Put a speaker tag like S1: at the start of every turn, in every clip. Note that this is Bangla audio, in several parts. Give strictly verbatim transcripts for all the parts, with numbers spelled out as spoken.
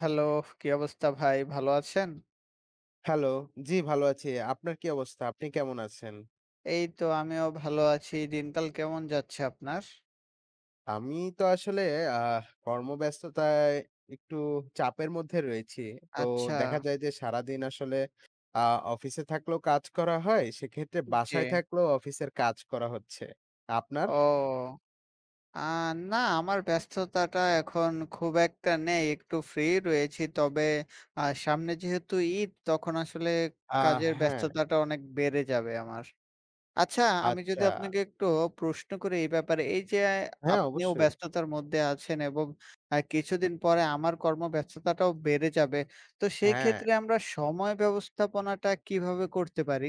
S1: হ্যালো, কি অবস্থা ভাই? ভালো আছেন?
S2: হ্যালো। জি, ভালো আছি। আপনার কি অবস্থা? আপনি কেমন আছেন?
S1: এই তো আমিও ভালো আছি। দিনকাল কেমন যাচ্ছে আপনার?
S2: আমি তো আসলে আহ কর্মব্যস্ততায় একটু চাপের মধ্যে রয়েছি। তো
S1: আচ্ছা,
S2: দেখা যায় যে সারাদিন আসলে আ অফিসে থাকলেও কাজ করা হয়। সেক্ষেত্রে
S1: জি।
S2: বাসায় থাকলেও অফিসের কাজ করা হচ্ছে। আপনার?
S1: ও! আ না আমার ব্যস্ততাটা এখন খুব একটা নেই। একটু ফ্রি রয়েছি। তবে আ সামনে যেহেতু ঈদ তখন আসলে
S2: আ
S1: কাজের
S2: হ্যাঁ,
S1: ব্যস্ততাটা অনেক বেড়ে যাবে আমার। আচ্ছা, আমি যদি
S2: আচ্ছা।
S1: আপনাকে একটু প্রশ্ন করি এই ব্যাপারে, এই যে
S2: হ্যাঁ,
S1: আপনিও
S2: অবশ্যই।
S1: ব্যস্ততার মধ্যে আছেন এবং আ কিছুদিন পরে আমার কর্মব্যস্ততাটাও বেড়ে যাবে। তো সেই
S2: হ্যাঁ।
S1: ক্ষেত্রে আমরা সময় ব্যবস্থাপনাটা কিভাবে করতে পারি?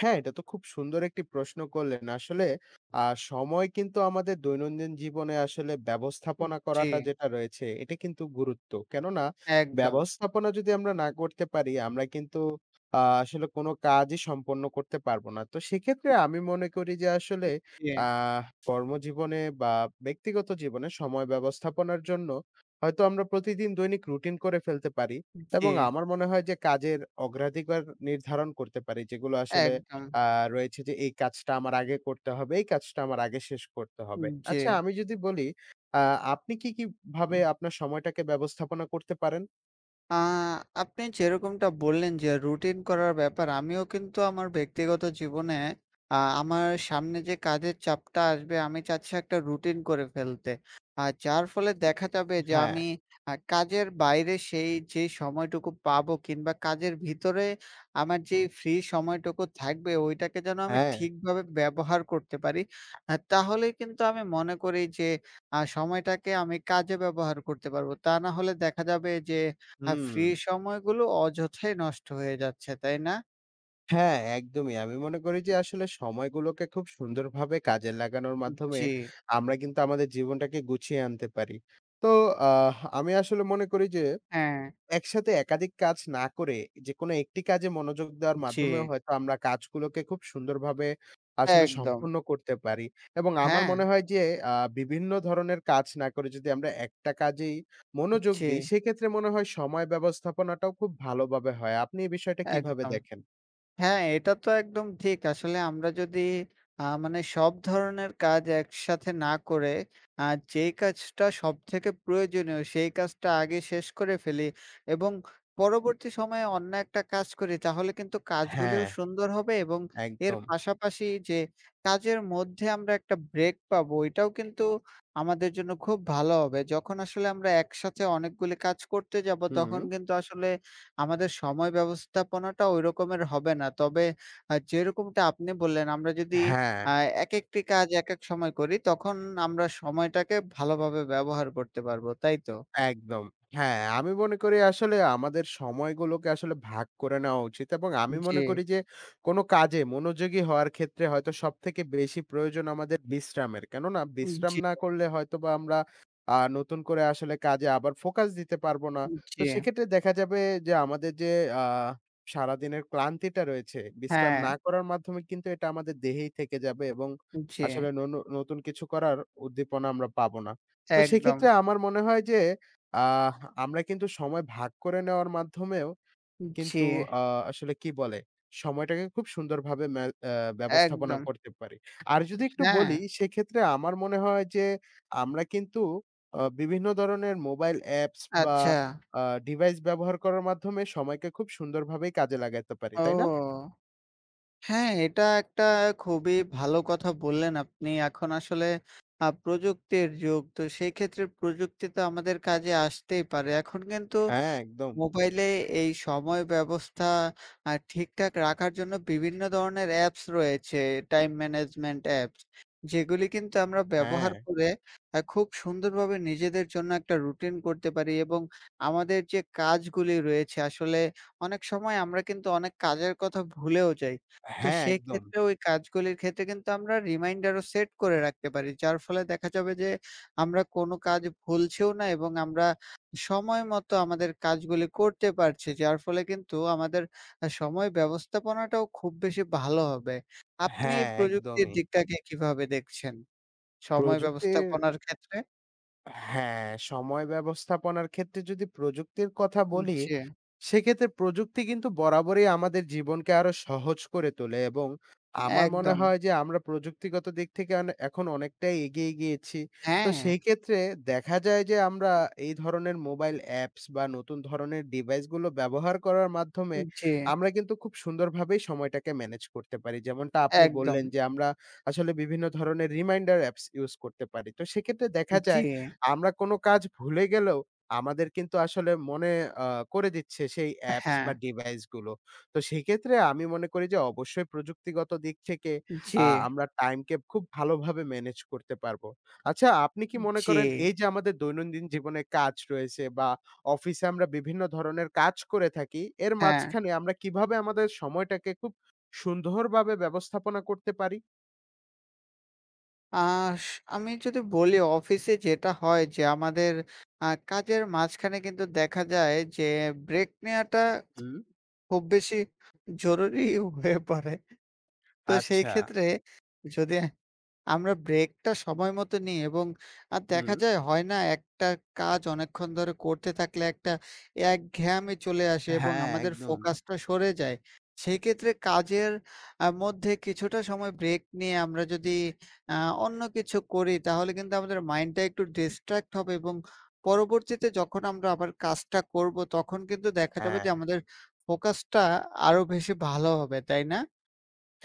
S2: হ্যাঁ, এটা তো খুব সুন্দর একটি প্রশ্ন করলেন। আসলে আ সময় কিন্তু আমাদের দৈনন্দিন জীবনে আসলে ব্যবস্থাপনা
S1: জি,
S2: করাটা যেটা রয়েছে, এটা কিন্তু গুরুত্ব। কেননা
S1: একদম।
S2: ব্যবস্থাপনা যদি আমরা না করতে পারি, আমরা কিন্তু আ আসলে কোনো কাজই সম্পন্ন করতে পারব না। তো সেক্ষেত্রে আমি মনে করি যে আসলে
S1: জি,
S2: আহ কর্মজীবনে বা ব্যক্তিগত জীবনে সময় ব্যবস্থাপনার জন্য হয়তো আমরা প্রতিদিন দৈনিক রুটিন করে ফেলতে পারি
S1: জি,
S2: এবং আমার মনে হয় যে কাজের অগ্রাধিকার নির্ধারণ করতে পারি, যেগুলো আসলে
S1: একদম।
S2: আ রয়েছে যে এই কাজটা আমার আগে করতে হবে, এই কাজটা আমার আগে শেষ করতে হবে।
S1: জি।
S2: আচ্ছা আমি যদি বলি আ আপনি কি, কি ভাবে আপনার সময়টাকে ব্যবস্থাপনা করতে পারেন?
S1: আ আপনি যেরকমটা বললেন যে রুটিন করার ব্যাপার, আমিও কিন্তু আমার ব্যক্তিগত জীবনে আ আমার সামনে যে কাজের চাপটা আসবে আমি চাচ্ছি একটা রুটিন করে ফেলতে। আর যার ফলে দেখা যাবে যে
S2: হ্যাঁ,
S1: আমি আ কাজের বাইরে সেই যে সময়টুকু পাবো কিংবা কাজের ভিতরে আমার যেই ফ্রি সময়টুকু থাকবে ওইটাকে যেন আমি
S2: হ্যাঁ।
S1: ঠিকভাবে ব্যবহার করতে পারি। আ তাহলেই কিন্তু আমি মনে করি যে আ সময়টাকে আমি কাজে ব্যবহার করতে পারবো। তা না হলে দেখা যাবে যে আর
S2: হুম।
S1: ফ্রি সময়গুলো অযথাই নষ্ট হয়ে যাচ্ছে, তাই না?
S2: হ্যাঁ, একদমই। আমি মনে করি যে আসলে সময়গুলোকে খুব সুন্দরভাবে কাজে লাগানোর মাধ্যমে
S1: জি,
S2: আমরা কিন্তু আমাদের জীবনটাকে গুছিয়ে আনতে পারি। তো আহ আমি আসলে মনে করি যে
S1: হ্যাঁ,
S2: একসাথে একাধিক কাজ না করে যেকোনো একটি কাজে মনোযোগ দেওয়ার
S1: জি,
S2: মাধ্যমেও হয়তো আমরা কাজগুলোকে খুব সুন্দরভাবে আসলে
S1: একদম।
S2: সম্পূর্ণ করতে পারি। এবং আমার
S1: হ্যাঁ,
S2: মনে হয় যে আ বিভিন্ন ধরনের কাজ না করে যদি আমরা একটা কাজেই মনোযোগ
S1: জি,
S2: দিই সেক্ষেত্রে মনে হয় সময় ব্যবস্থাপনাটাও খুব ভালোভাবে হয়। আপনি এই বিষয়টা কিভাবে
S1: একদম।
S2: দেখেন?
S1: হ্যাঁ, এটা তো একদম ঠিক। আসলে আমরা যদি আ মানে সব ধরনের কাজ একসাথে না করে আ যেই কাজটা সবথেকে প্রয়োজনীয় সেই কাজটা আগে শেষ করে ফেলি এবং পরবর্তী সময়ে অন্য একটা কাজ করি তাহলে কিন্তু
S2: হ্যাঁ,
S1: কাজগুলিও সুন্দর হবে এবং এর
S2: একদম।
S1: পাশাপাশি যে কাজের মধ্যে আমরা একটা ব্রেক পাবো এটাও কিন্তু আমাদের জন্য খুব ভালো হবে। যখন আসলে আমরা একসাথে অনেকগুলি কাজ করতে যাব
S2: হুম,
S1: তখন কিন্তু আসলে আমাদের সময় ব্যবস্থাপনাটা ওই রকমের হবে না। তবে আ যেরকমটা আপনি বললেন, আমরা যদি
S2: হ্যাঁ।
S1: আ একেকটি কাজ একেক সময় করি, তখন আমরা সময়টাকে ভালোভাবে ব্যবহার করতে পারবো, তাই তো?
S2: একদম। হ্যাঁ, আমি মনে করি আসলে আমাদের সময়গুলোকে আসলে ভাগ করে নেওয়া উচিত এবং আমি
S1: জি,
S2: মনে করি যে কোনো কাজে মনোযোগী হওয়ার ক্ষেত্রে হয়তো সবথেকে বেশি প্রয়োজন আমাদের বিশ্রামের। কেননা বিশ্রাম
S1: জি,
S2: না করলে হয়তোবা আমরা আ নতুন করে আসলে কাজে আবার ফোকাস দিতে পারব না। তো
S1: জি।
S2: সেক্ষেত্রে দেখা যাবে যে আমাদের যে আ সারাদিনের ক্লান্তিটা রয়েছে, বিশ্রাম
S1: হ্যাঁ,
S2: না করার মাধ্যমে কিন্তু এটা আমাদের দেহেই থেকে যাবে এবং
S1: জি,
S2: আসলে ননু নতুন কিছু করার উদ্দীপনা আমরা পাবো না। তো
S1: একদম।
S2: সেক্ষেত্রে আমার মনে হয় যে আহ আমরা কিন্তু সময় ভাগ করে নেওয়ার মাধ্যমেও
S1: জি,
S2: কিন্তু আ আসলে কি বলে? সময়টাকে খুব সুন্দরভাবে ম্যা আ ব্যবস্থাপনা
S1: একদম।
S2: করতে পারি। আর যদি একটু
S1: হ্যাঁ,
S2: বলি সেক্ষেত্রে আমার মনে হয় যে আমরা কিন্তু আ বিভিন্ন ধরনের মোবাইল অ্যাপস বা
S1: আচ্ছা।
S2: আ ডিভাইস ব্যবহার করার মাধ্যমে সময়কে খুব সুন্দরভাবেই কাজে লাগাতে পারি। তাই না?
S1: ও! হ্যাঁ, এটা একটা খুবই ভালো কথা বললেন আপনি। এখন আসলে আ প্রযুক্তির যুগ। তো সেই ক্ষেত্রে প্রযুক্তি তো আমাদের কাজে আসতেই পারে। এখন কিন্তু
S2: হ্যাঁ, একদম।
S1: মোবাইলে এই সময় ব্যবস্থা আ ঠিকঠাক রাখার জন্য বিভিন্ন ধরনের অ্যাপস রয়েছে, টাইম ম্যানেজমেন্ট অ্যাপস। যেগুলি কিন্তু আমরা
S2: হ্যাঁ,
S1: ব্যবহার করে আ খুব সুন্দরভাবে নিজেদের জন্য একটা রুটিন করতে পারি এবং আমাদের যে কাজগুলি রয়েছে আসলে অনেক সময় আমরা কিন্তু অনেক কাজের কথা ভুলেও যাই। তো
S2: হ্যাঁ, একদম।
S1: সেক্ষেত্রে ওই কাজগুলির ক্ষেত্রে কিন্তু আমরা রিমাইন্ডারও সেট করে রাখতে পারি। যার ফলে দেখা যাবে যে আমরা কোনো কাজ ভুলছিও না এবং আমরা সময় মতো আমাদের কাজগুলি করতে পারছি, যার ফলে কিন্তু আমাদের আ সময় ব্যবস্থাপনাটাও খুব বেশি ভালো হবে। আপনি এই
S2: হ্যাঁ,
S1: প্রযুক্তির
S2: একদমই।
S1: দিকটাকে কিভাবে দেখছেন? সময়
S2: প্রযুক্তির
S1: ব্যবস্থাপনার ক্ষেত্রে?
S2: হ্যাঁ, সময় ব্যবস্থাপনার ক্ষেত্রে যদি প্রযুক্তির কথা বলি,
S1: জি,
S2: সেক্ষেত্রে প্রযুক্তি কিন্তু বরাবরই আমাদের জীবনকে আরো সহজ করে তোলে এবং আমার মনে
S1: একদম।
S2: হয় যে আমরা প্রযুক্তিগত দিক থেকে অনে এখন অনেকটাই এগিয়ে গিয়েছি। তো
S1: হ্যাঁ,
S2: সেই ক্ষেত্রে দেখা যায় যে আমরা এই ধরনের মোবাইল অ্যাপস বা নতুন ধরনের ডিভাইসগুলো ব্যবহার করার মাধ্যমে
S1: জি,
S2: আমরা কিন্তু খুব সুন্দরভাবেই সময়টাকে ম্যানেজ করতে পারি। যেমনটা আপনি
S1: একদম।
S2: বললেন যে আমরা আসলে বিভিন্ন ধরনের রিমাইন্ডার অ্যাপস ইউজ করতে পারি। তো সেক্ষেত্রে দেখা
S1: জি,
S2: যায় আমরা কোনো কাজ ভুলে গেলেও আমাদের কিন্তু আসলে মনে আ করে দিচ্ছে সেই অ্যাপস
S1: হ্যাঁ,
S2: বা ডিভাইস গুলো। তো সেক্ষেত্রে আমি মনে করি যে অবশ্যই প্রযুক্তিগত দিক থেকে
S1: জি,
S2: আ আমরা টাইমকে খুব ভালোভাবে ম্যানেজ করতে পারবো। আচ্ছা আপনি কি মনে
S1: জি,
S2: করেন এই যে আমাদের দৈনন্দিন জীবনে কাজ রয়েছে বা অফিসে আমরা বিভিন্ন ধরনের কাজ করে থাকি, এর
S1: হ্যাঁ।
S2: মাঝখানে আমরা কিভাবে আমাদের সময়টাকে খুব সুন্দরভাবে ব্যবস্থাপনা করতে পারি?
S1: আস আমি যদি বলি অফিসে যেটা হয় যে আমাদের আ কাজের মাঝখানে কিন্তু দেখা যায় যে ব্রেক নেয়াটা
S2: হুম।
S1: খুব বেশি জরুরি হয়ে পড়ে। তো সেই
S2: আচ্ছা।
S1: ক্ষেত্রে যদি আমরা ব্রেকটা সময় মতো নিই এবং আ
S2: হুম।
S1: দেখা যায় হয় না একটা কাজ অনেকক্ষণ ধরে করতে থাকলে একটা একঘেয়ামি চলে আসে এবং
S2: হ্যাঁ,
S1: আমাদের
S2: একদম।
S1: ফোকাসটা সরে যায়। সেক্ষেত্রে কাজের আ মধ্যে কিছুটা সময় ব্রেক নিয়ে আমরা যদি আ অন্য কিছু করি তাহলে কিন্তু আমাদের মাইন্ডটা একটু ডিস্ট্রাক্ট হবে এবং পরবর্তীতে যখন আমরা আবার কাজটা করব তখন কিন্তু দেখা যাবে
S2: হ্যাঁ।
S1: যে আমাদের ফোকাসটা আরো বেশি ভালো হবে, তাই না?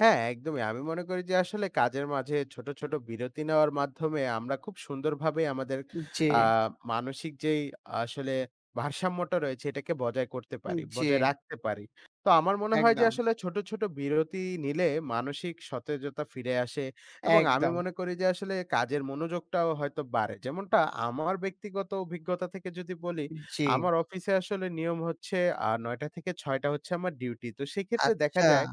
S2: হ্যাঁ, একদমই। আমি মনে করি যে আসলে কাজের মাঝে ছোট, ছোট বিরতি নেওয়ার মাধ্যমে আমরা খুব সুন্দরভাবে আমাদের
S1: জি,
S2: আ মানসিক যেই আসলে ভারসাম্যটা রয়েছে এটাকে বজায় করতে পারি,
S1: জি,
S2: বজায় রাখতে পারি। তো আমার মনে হয় যে
S1: একদম,
S2: আসলে ছোট, ছোট বিরতি নিলে মানসিক সতেজতা ফিরে আসে এবং আমি
S1: একদম।
S2: মনে করি যে আসলে কাজের মনোযোগটাও হয়তো বাড়ে। যেমনটা আমার ব্যক্তিগত অভিজ্ঞতা থেকে যদি বলি,
S1: জি,
S2: আমার অফিসে আসলে নিয়ম হচ্ছে আ নয়টা থেকে ছয়টা হচ্ছে আমার ডিউটি। তো সেক্ষেত্রে দেখা
S1: আচ্ছা,
S2: যায়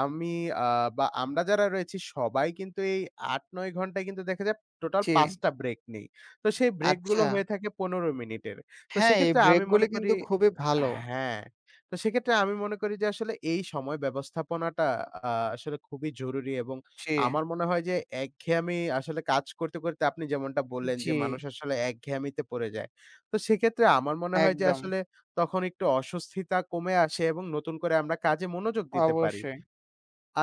S2: আমি আ বা আমরা যারা রয়েছি সবাই কিন্তু এই আট-নয় ঘন্টায় কিন্তু দেখা যায় টোটাল
S1: জি,
S2: পাঁচ টা ব্রেক নেই। তো সেই ব্রেক গুলো
S1: আচ্ছা।
S2: হয়ে থাকে পনেরো মিনিটের। তো
S1: হ্যাঁ, এই
S2: সেক্ষেত্রে আমি মনে
S1: ব্রেকগুলি
S2: করি
S1: কিন্তু খুবই
S2: আ
S1: ভালো।
S2: হ্যাঁ, তো সেক্ষেত্রে আমি মনে করি যে আসলে এই সময় ব্যবস্থাপনাটা আ আসলে খুবই জরুরি এবং
S1: জি,
S2: আমার মনে হয় যে একঘেয়েমি আসলে কাজ করতে, করতে আপনি যেমনটা বললেন যে
S1: জি,
S2: মানুষ আসলে একঘেয়েমিতে পড়ে যায়। তো সেক্ষেত্রে আমার মনে হয় যে
S1: একদম।
S2: আসলে তখন একটু অস্বস্তিতা কমে আসে এবং নতুন করে আমরা কাজে মনোযোগ দিতে পারি।
S1: অবশ্যই।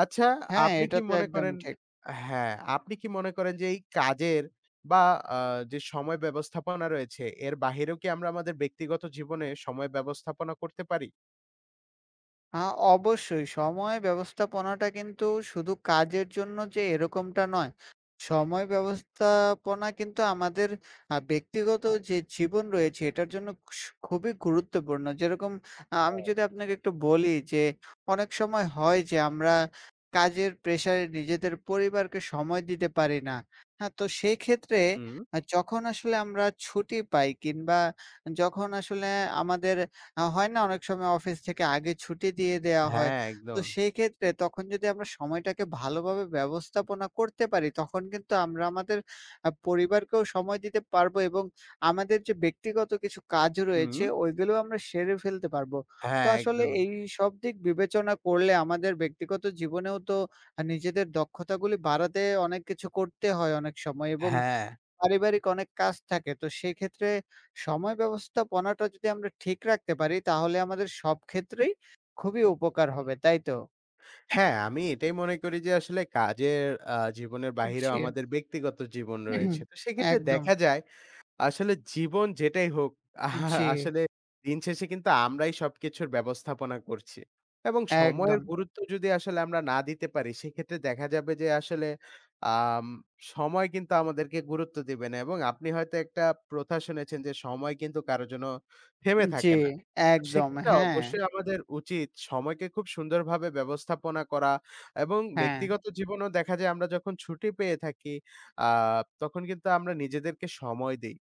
S2: আচ্ছা,
S1: হ্যাঁ,
S2: আপনি
S1: এটা
S2: কি
S1: তো
S2: মনে
S1: একদম
S2: করেন
S1: ঠিক।
S2: হ্যাঁ, আপনি কি মনে করেন যে এই কাজের বা আ যে সময় ব্যবস্থাপনা রয়েছে, এর বাহিরেও কি আমরা আমাদের ব্যক্তিগত জীবনে সময় ব্যবস্থাপনা করতে পারি?
S1: আ অবশ্যই সময় ব্যবস্থাপনাটা কিন্তু শুধু কাজের জন্য যে এরকমটা নয়। সময় ব্যবস্থাপনা কিন্তু আমাদের আ ব্যক্তিগত যে জীবন রয়েছে এটার জন্য খুস খুবই গুরুত্বপূর্ণ। যেরকম আ আমি
S2: হ্যাঁ।
S1: যদি আপনাকে একটু বলি যে অনেক সময় হয় যে আমরা কাজের প্রেশারে নিজেদের পরিবারকে সময় দিতে পারি না। হ্যাঁ, তো সেই ক্ষেত্রে
S2: হুম,
S1: আ যখন আসলে আমরা ছুটি পাই কিংবা যখন আসলে আমাদের আ হয় না অনেক সময় অফিস থেকে আগে ছুটি দিয়ে দেয়া হয়।
S2: হ্যাঁ,
S1: তো
S2: একদম।
S1: সেই ক্ষেত্রে তখন যদি আমরা সময়টাকে ভালোভাবে ব্যবস্থাপনা করতে পারি, তখন কিন্তু আমরা আমাদের আ পরিবারকেও সময় দিতে পারবো এবং আমাদের যে ব্যক্তিগত কিছু কাজ
S2: হুম,
S1: রয়েছে ওইগুলোও আমরা সেরে ফেলতে পারবো। তো
S2: হ্যাঁ,
S1: আসলে
S2: একদমই।
S1: এইসব দিক বিবেচনা করলে আমাদের ব্যক্তিগত জীবনেও তো আ নিজেদের দক্ষতাগুলি বাড়াতে অনেক কিছু করতে হয় অনেক সময় এবং
S2: হ্যাঁ।
S1: পারিবারিক অনেক কাজ থাকে। তো সেক্ষেত্রে সময় ব্যবস্থাপনাটা যদি আমরা ঠিক রাখতে পারি তাহলে আমাদের সব ক্ষেত্রেই খুবই উপকার হবে। তাই তো?
S2: হ্যাঁ, আমি এটাই মনে করি যে আসলে কাজের আ জীবনের বাহিরেও
S1: জি।
S2: আমাদের ব্যক্তিগত জীবন
S1: জি।
S2: রয়েছে। তো সেক্ষেত্রে
S1: একদম।
S2: দেখা যায় আসলে জীবন যেটাই হোক, আহা,
S1: জি,
S2: আসলে দিন শেষে কিন্তু আমরাই সবকিছুর ব্যবস্থাপনা করছি। এবং সময়ের
S1: একদম।
S2: গুরুত্ব যদি আসলে আমরা না দিতে পারি, সেক্ষেত্রে দেখা যাবে যে আসলে আম সময় কিন্তু আমাদেরকে গুরুত্ব দিবে না। এবং আপনি হয়তো একটা প্রথা শুনেছেন যে, সময় কিন্তু কারো জন্য থেমে
S1: জি,
S2: থাকে না।
S1: একদম।
S2: সেক্ষেত্রে
S1: হ্যাঁ,
S2: অবশ্যই আমাদের উচিত সময়কে খুব সুন্দরভাবে ব্যবস্থাপনা করা এবং
S1: হ্যাঁ।
S2: ব্যক্তিগত জীবনেও দেখা যায় আমরা যখন ছুটি পেয়ে থাকি আ তখন কিন্তু আমরা নিজেদেরকে সময় দেই।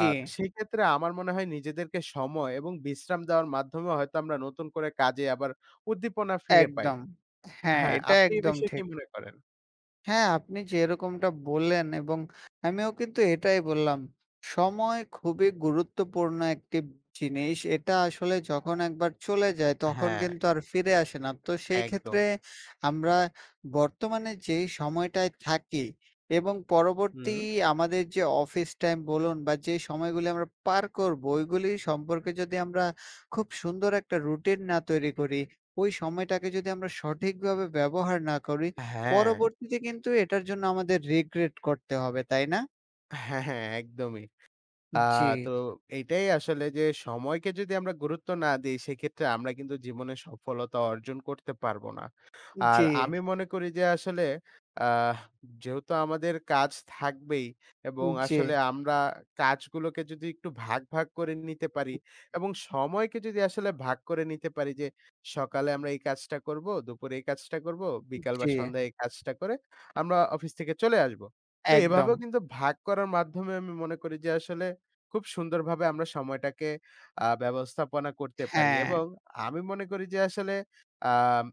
S2: আ সেই ক্ষেত্রে আমার মনে হয় নিজেদেরকে সময় এবং বিশ্রাম দেওয়ার মাধ্যমে হয়তো আমরা নতুন করে কাজে আবার উদ্দীপনা ফিরে পাই।
S1: একদম। হ্যাঁ,
S2: হ্যাঁ,
S1: এটা
S2: আপনি এ
S1: একদম
S2: বিষয়ে কি
S1: ঠিক।
S2: মনে করেন?
S1: হ্যাঁ, আপনি যেরকমটা বললেন এবং আমিও কিন্তু এটাই বললাম। সময় খুবই গুরুত্বপূর্ণ একটি জিনিস। এটা আসলে যখন একবার চলে যায় তখন
S2: হ্যাঁ,
S1: কিন্তু আর ফিরে আসে না। তো সেই
S2: একদম।
S1: ক্ষেত্রে আমরা বর্তমানে যেই সময়টায় থাকি এবং
S2: হুম।
S1: পরবর্তী আমাদের যে অফিস টাইম বলুন বা যে সময়গুলি আমরা পার করবো ওইগুলি সম্পর্কে যদি আমরা খুব সুন্দর একটা রুটিন না তৈরি করি, ওই সময়টাকে যদি আমরা সঠিকভাবে ব্যবহার না করি
S2: হ্যাঁ,
S1: পরবর্তীতে কিন্তু এটার জন্য আমাদের রিগ্রেট করতে হবে, তাই না?
S2: হ্যাঁ, হ্যাঁ, একদমই। আ
S1: জি,
S2: তো এইটাই আসলে যে সময়কে যদি আমরা গুরুত্ব না দেই, সেক্ষেত্রে আমরা কিন্তু জীবনে সফলতা অর্জন করতে পারবো না।
S1: জি,
S2: আর আমি মনে করি যে আসলে আহ যেহেতু আমাদের কাজ থাকবেই এবং
S1: জি,
S2: আসলে আমরা কাজগুলোকে যদি একটু ভাগ, ভাগ করে নিতে পারি এবং সময়কে যদি আসলে ভাগ করে নিতে পারি যে সকালে আমরা এই কাজটা করব, দুপুরে এই কাজটা করব, বিকাল
S1: জি,
S2: বা সন্ধ্যায় এই কাজটা করে আমরা অফিস থেকে চলে আসবো। তো
S1: একদম।
S2: এভাবেও কিন্তু ভাগ করার মাধ্যমে আমি মনে করি যে আসলে খুব সুন্দরভাবে আমরা সময়টাকে আ ব্যবস্থাপনা করতে পারি
S1: হ্যাঁ,
S2: এবং আমি মনে করি যে আসলে আম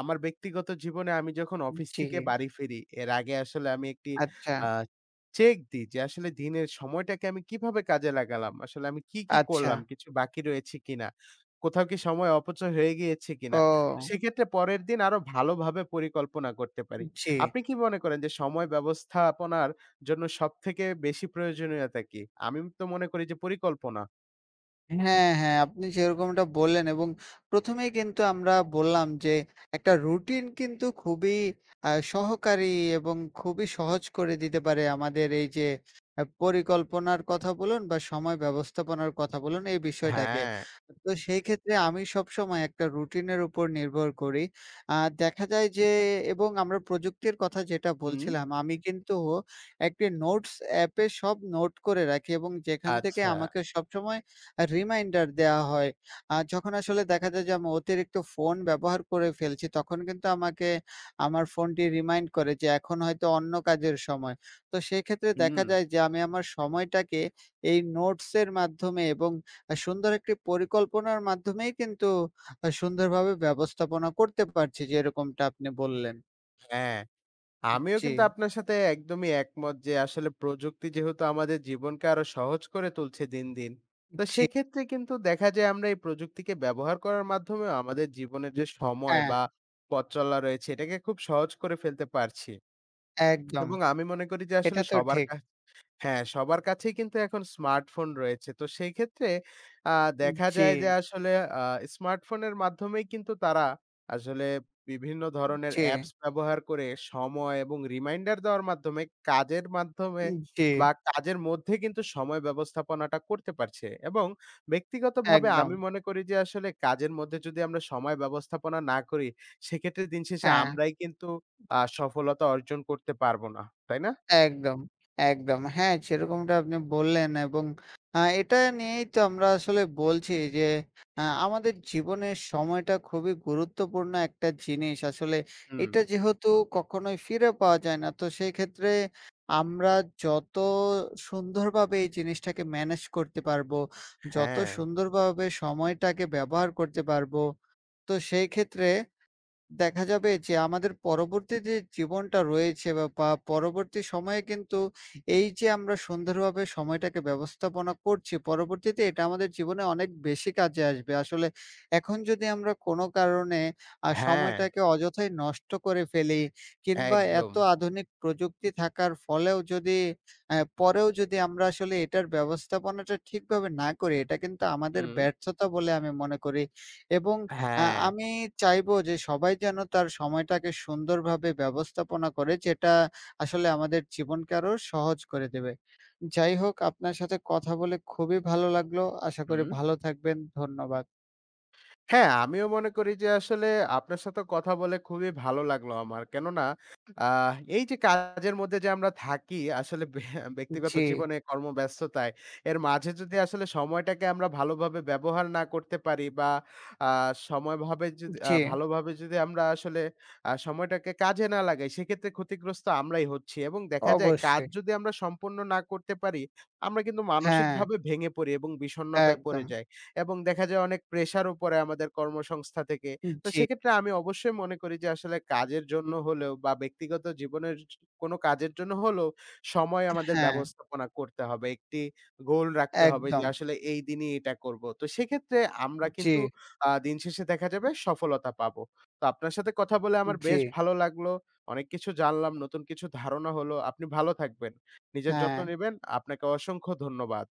S2: আমার ব্যক্তিগত জীবনে আমি যখন অফিস
S1: জি,
S2: থেকে বাড়ি ফিরি, এর আগে আসলে আমি একটি
S1: আচ্ছা,
S2: আ চেক দিই যে আসলে দিনের সময়টাকে আমি কিভাবে কাজে লাগালাম? আসলে আমি কি, কি
S1: আচ্ছা।
S2: করলাম? কিছু বাকি রয়েছে কিনা? কোথাও কি সময় অপচয় হয়ে গিয়েছে কিনা? তো
S1: ও!
S2: সেক্ষেত্রে পরের দিন আরো ভালোভাবে পরিকল্পনা করতে পারি।
S1: জি।
S2: আপনি কি মনে করেন যে সময় ব্যবস্থাপনার জন্য সবথেকে বেশি প্রয়োজনীয়তা কি? আমি তো মনে করি যে পরিকল্পনা।
S1: হ্যাঁ, হ্যাঁ, আপনি যেরকমটা বললেন এবং ১ম এই কিন্তু আমরা বললাম যে একটা রুটিন কিন্তু খুবই আ সহকারী এবং খুবই সহজ করে দিতে পারে আমাদের এই যে আ পরিকল্পনার কথা বলুন বা সময় ব্যবস্থাপনার কথা বলুন এই বিষয়টাকে।
S2: হ্যাঁ।
S1: তো সেই ক্ষেত্রে আমি সবসময় একটা রুটিনের উপর নির্ভর করি। আ দেখা যায় যে এবং আমরা প্রযুক্তির কথা যেটা
S2: হুম।
S1: বলছিলাম, আমি কিন্তু একটি নোটস অ্যাপে সব নোট করে রাখি এবং যেখান থেকে
S2: আচ্ছা।
S1: আমাকে সবসময় আ রিমাইন্ডার দেয়া হয়। আ যখন আসলে দেখা যায় যে আমি অতিরিক্ত ফোন ব্যবহার করে ফেলছি, তখন কিন্তু আমাকে আমার ফোনটি রিমাইন্ড করে যে এখন হয়তো অন্য কাজের সময়। তো সেক্ষেত্রে দেখা
S2: হুম।
S1: যায় যে আমি আমার সময়টাকে এই নোটসের মাধ্যমে এবং আ সুন্দর একটি পরিকল্পনার মাধ্যমেই কিন্তু আ সুন্দরভাবে ব্যবস্থাপনা করতে পারছি যেরকমটা আপনি বললেন।
S2: হ্যাঁ, আমিও
S1: জি,
S2: কিন্তু আপনার সাথে একদমই একমত যে আসলে প্রযুক্তি যেহেতু আমাদের জীবনকে আরো সহজ করে তুলছে দিন, দিন। তো
S1: জি।
S2: সেক্ষেত্রে কিন্তু দেখা যায় আমরা এই প্রযুক্তিকে ব্যবহার করার মাধ্যমেও আমাদের জীবনের যে সময়
S1: হ্যাঁ,
S2: বা পথ চলা রয়েছে এটাকে খুব সহজ করে ফেলতে পারছি।
S1: একদম।
S2: এবং আমি মনে করি যে আসলে
S1: এটা তো
S2: সবার
S1: ঠিক।
S2: কাছ হ্যাঁ, সবার কাছেই কিন্তু এখন স্মার্টফোন রয়েছে। তো সেই ক্ষেত্রে আ দেখা
S1: জি,
S2: যায় যে আসলে আ স্মার্টফোনের মাধ্যমেই কিন্তু তারা আসলে বিভিন্ন ধরনের
S1: জি,
S2: অ্যাপস ব্যবহার করে সময় এবং রিমাইন্ডার দেওয়ার মাধ্যমে কাজের মাধ্যমে
S1: জি,
S2: বা কাজের মধ্যে কিন্তু সময় ব্যবস্থাপনাটা করতে পারছে। এবং ব্যক্তিগতভাবে
S1: একদম।
S2: আমি মনে করি যে আসলে কাজের মধ্যে যদি আমরা সময় ব্যবস্থাপনা না করি, সেক্ষেত্রে দিন শেষে
S1: হ্যাঁ।
S2: আমরাই কিন্তু আ সফলতা অর্জন করতে পারব না। তাই না?
S1: একদম, একদম। হ্যাঁ, সেরকমটা আপনি বললেন এবং আ এটা নিয়েই তো আমরা আসলে বলছি যে আ আমাদের জীবনের সময়টা খুবই গুরুত্বপূর্ণ একটা জিনিস। আসলে
S2: হুম,
S1: এটা যেহেতু কখনোই ফিরে পাওয়া যায় না, তো সেই ক্ষেত্রে আমরা যত সুন্দরভাবে এই জিনিসটাকে ম্যানেজ করতে পারবো, যত
S2: হ্যাঁ।
S1: সুন্দরভাবে সময়টাকে ব্যবহার করতে পারবো, তো সেই ক্ষেত্রে দেখা যাবে যে আমাদের পরবর্তী যে জীবনটা রয়েছে বা বা পরবর্তী সময়ে কিন্তু এই যে আমরা সুন্দরভাবে সময়টাকে ব্যবস্থাপনা করছি, পরবর্তীতে এটা আমাদের জীবনে অনেক বেশি কাজে আসবে। আসলে এখন যদি আমরা কোনো কারণে আ
S2: হ্যাঁ,
S1: সময়টাকে অযথাই নষ্ট করে ফেলি কিংবা
S2: একদম।
S1: এত আধুনিক প্রযুক্তি থাকার ফলেও যদি অ্যা পরেও যদি আমরা আসলে এটার ব্যবস্থাপনাটা ঠিকভাবে না করি, এটা কিন্তু আমাদের
S2: হুম।
S1: ব্যর্থতা বলে আমি মনে করি এবং আ
S2: হ্যাঁ।
S1: আমি চাইবো যে সবাই যেন তার সময়টাকে সুন্দরভাবে ব্যবস্থাপনা করে, যেটা আসলে আমাদের জীবনকে আরো সহজ করে দেবে। যাই হোক আপনার সাথে কথা বলে খুবই ভালো লাগলো। আশা করি
S2: হুম।
S1: ভালো থাকবেন। ধন্যবাদ।
S2: হ্যাঁ, আমিও মনে করি যে আসলে আপনার সাথে কথা বলে খুবই ভালো লাগলো আমার। কেননা আ এই যে কাজের মধ্যে যে আমরা থাকি আসলে বে ব্যক্তিগত
S1: জি,
S2: জীবনে কর্মব্যস্ততায়, এর মাঝে যদি আসলে সময়টাকে আমরা ভালোভাবে ব্যবহার না করতে পারি বা আ সময়ভাবে যদি আ
S1: জি,
S2: ভালোভাবে যদি আমরা আসলে আ সময়টাকে কাজে না লাগাই, সেক্ষেত্রে ক্ষতিগ্রস্ত আমরাই হচ্ছি। এবং দেখা যায় কাজ
S1: অবশ্যই।
S2: যদি আমরা সম্পন্ন না করতে পারি, আমরা কিন্তু
S1: হ্যাঁ,
S2: মানসিকভাবে ভেঙে পড়ি এবং বিষণ্ণতায় পড়ে
S1: একদম।
S2: যাই। এবং দেখা যায় অনেক প্রেশারও পড়ে আমাদের কর্মসংস্থা থেকে। তো
S1: জি,
S2: সেক্ষেত্রে আমি অবশ্যই মনে করি যে আসলে কাজের জন্য হলেও বা ব্যক্তিগত জীবনের জ- কোনো কাজের জন্য হলেও সময় আমাদের
S1: হ্যাঁ,
S2: ব্যবস্থাপনা করতে হবে। একটি গোল রাখতে হবে যে
S1: একদম।
S2: আসলে এই দিনই এটা করব। তো সেক্ষেত্রে আমরা
S1: জি,
S2: কিন্তু আ দিন শেষে দেখা যাবে সফলতা পাবো। তো আপনার সাথে কথা বলে আমার
S1: জি,
S2: বেশ ভালো লাগলো। অনেক কিছু জানলাম, নতুন কিছু ধারণা হলো। আপনি ভালো থাকবেন। নিজের যত্ন
S1: হ্যাঁ।
S2: নিবেন। আপনাকে অসংখ্য ধন্যবাদ।